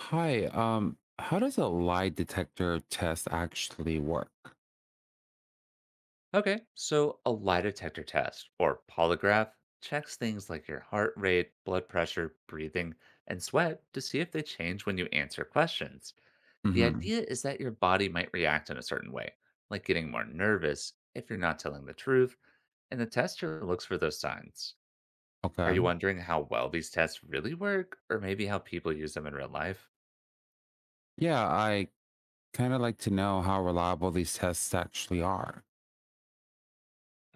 Hi, how does a lie detector test actually work? Okay, so a lie detector test or polygraph checks things like your heart rate, blood pressure, breathing, and sweat to see if they change when you answer questions. The Hmm. idea is that your body might react in a certain way, like getting more nervous if you're not telling the truth, and the tester looks for those signs. Are you Okay. wondering how well these tests really work, or maybe how people use them in real life? Yeah, I kind of like to know how reliable these tests actually are.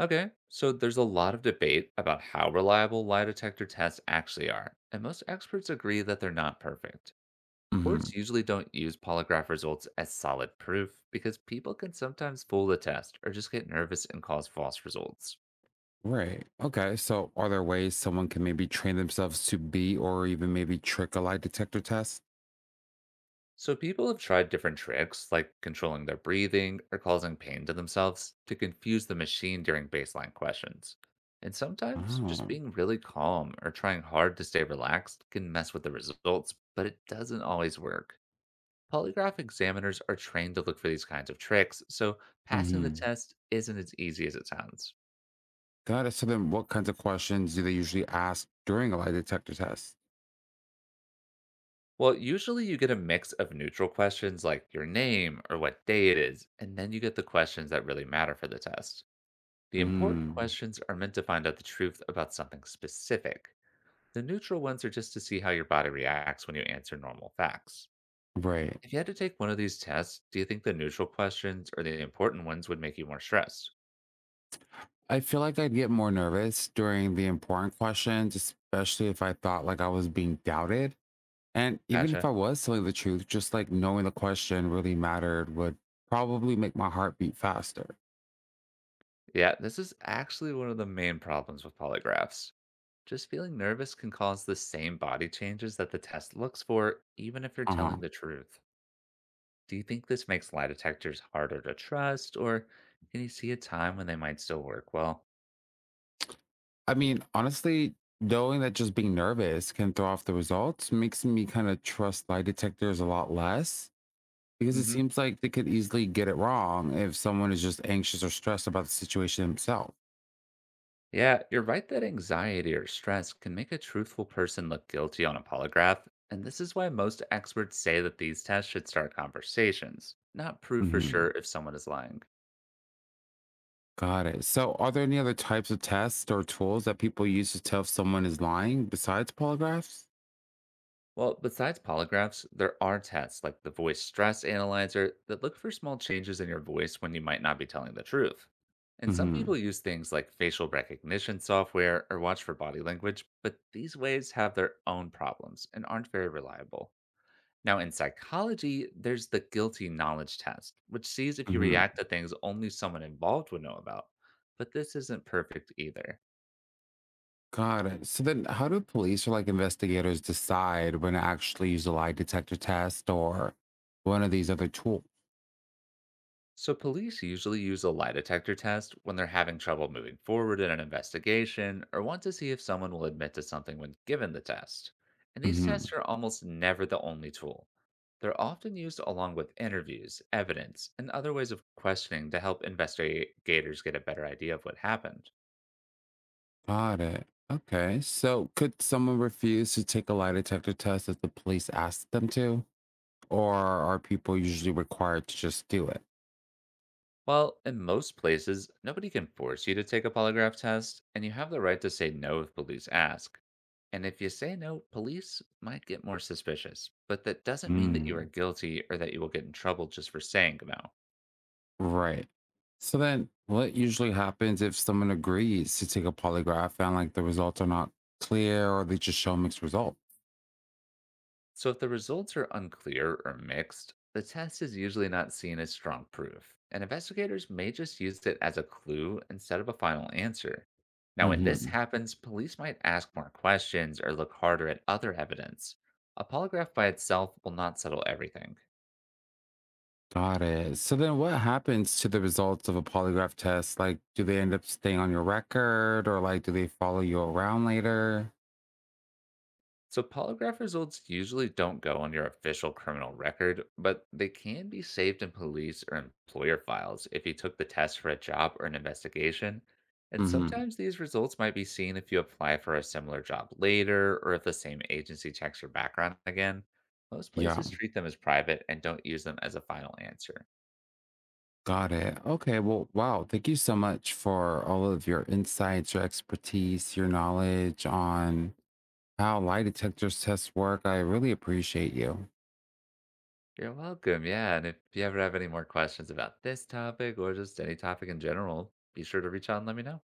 Okay, so there's a lot of debate about how reliable lie detector tests actually are, and most experts agree that they're not perfect. Hmm. Courts usually don't use polygraph results as solid proof because people can sometimes fool the test or just get nervous and cause false results. Right. Okay. So, are there ways someone can maybe train themselves to be or even maybe trick a lie detector test? So people have tried different tricks, like controlling their breathing or causing pain to themselves, to confuse the machine during baseline questions. And sometimes just Oh. being really calm or trying hard to stay relaxed can mess with the results, but it doesn't always work. Polygraph examiners are trained to look for these kinds of tricks, so passing the Hmm. test isn't as easy as it sounds. Got it. So, then what kinds of questions do they usually ask during a lie detector test? Well, usually you get a mix of neutral questions like your name or what day it is, and then you get the questions that really matter for the test. The important Mm. questions are meant to find out the truth about something specific. The neutral ones are just to see how your body reacts when you answer normal facts. Right. If you had to take one of these tests, do you think the neutral questions or the important ones would make you more stressed? I feel like I'd get more nervous during the important questions, especially if I thought like I was being doubted. And even if I Gotcha. was telling the truth, just like knowing the question really mattered would probably make my heart beat faster. Yeah, this is actually one of the main problems with polygraphs. Just feeling nervous can cause the same body changes that the test looks for, even if you're Uh huh. telling the truth. Do you think this makes lie detectors harder to trust, or can you see a time when they might still work well? I mean, honestly, knowing that just being nervous can throw off the results makes me kind of trust lie detectors a lot less because it Hmm. seems like they could easily get it wrong if someone is just anxious or stressed about the situation themselves. Yeah, you're right that anxiety or stress can make a truthful person look guilty on a polygraph, and this is why most experts say that these tests should start conversations, not prove for sure Mhm. if someone is lying. Got it. So, are there any other types of tests or tools that people use to tell if someone is lying besides polygraphs? Well, besides polygraphs, there are tests like the voice stress analyzer that look for small changes in your voice when you might not be telling the truth. And some Mm-hmm. people use things like facial recognition software or watch for body language, but these ways have their own problems and aren't very reliable. Now, in psychology, there's the guilty knowledge test, which sees if you Mm-hmm. react to things only someone involved would know about. But this isn't perfect either. Got it. So then, how do police or like investigators decide when to actually use a lie detector test or one of these other tools? So, police usually use a lie detector test when they're having trouble moving forward in an investigation or want to see if someone will admit to something when given the test. And these Mm-hmm. tests are almost never the only tool. They're often used along with interviews, evidence, and other ways of questioning to help investigators get a better idea of what happened. Got it. Okay. So, could someone refuse to take a lie detector test if the police asked them to, or are people usually required to just do it? Well, in most places, nobody can force you to take a polygraph test, and you have the right to say no if police ask. And if you say no, police might get more suspicious, but that doesn't mean that you are Mm. guilty or that you will get in trouble just for saying no. Right. So then what usually happens if someone agrees to take a polygraph and like the results are not clear or they just show mixed results? So, if the results are unclear or mixed, the test is usually not seen as strong proof, and investigators may just use it as a clue instead of a final answer. Now, when this Hmm. happens, police might ask more questions or look harder at other evidence. A polygraph by itself will not settle everything. Got it. So then what happens to the results of a polygraph test? Like, do they end up staying on your record or like do they follow you around later? So, polygraph results usually don't go on your official criminal record, but they can be saved in police or employer files if you took the test for a job or an investigation. And Hmm. sometimes these results might be seen if you apply for a similar job later or if the same agency checks your background again. Most Yeah, places treat them as private and don't use them as a final answer. got it. Okay. Well, wow. Thank you so much for all of your insights, your expertise, your knowledge on how lie detectors tests work. I really appreciate you. You're welcome. Yeah. And if you ever have any more questions about this topic or just any topic in general, be sure to reach out and let me know.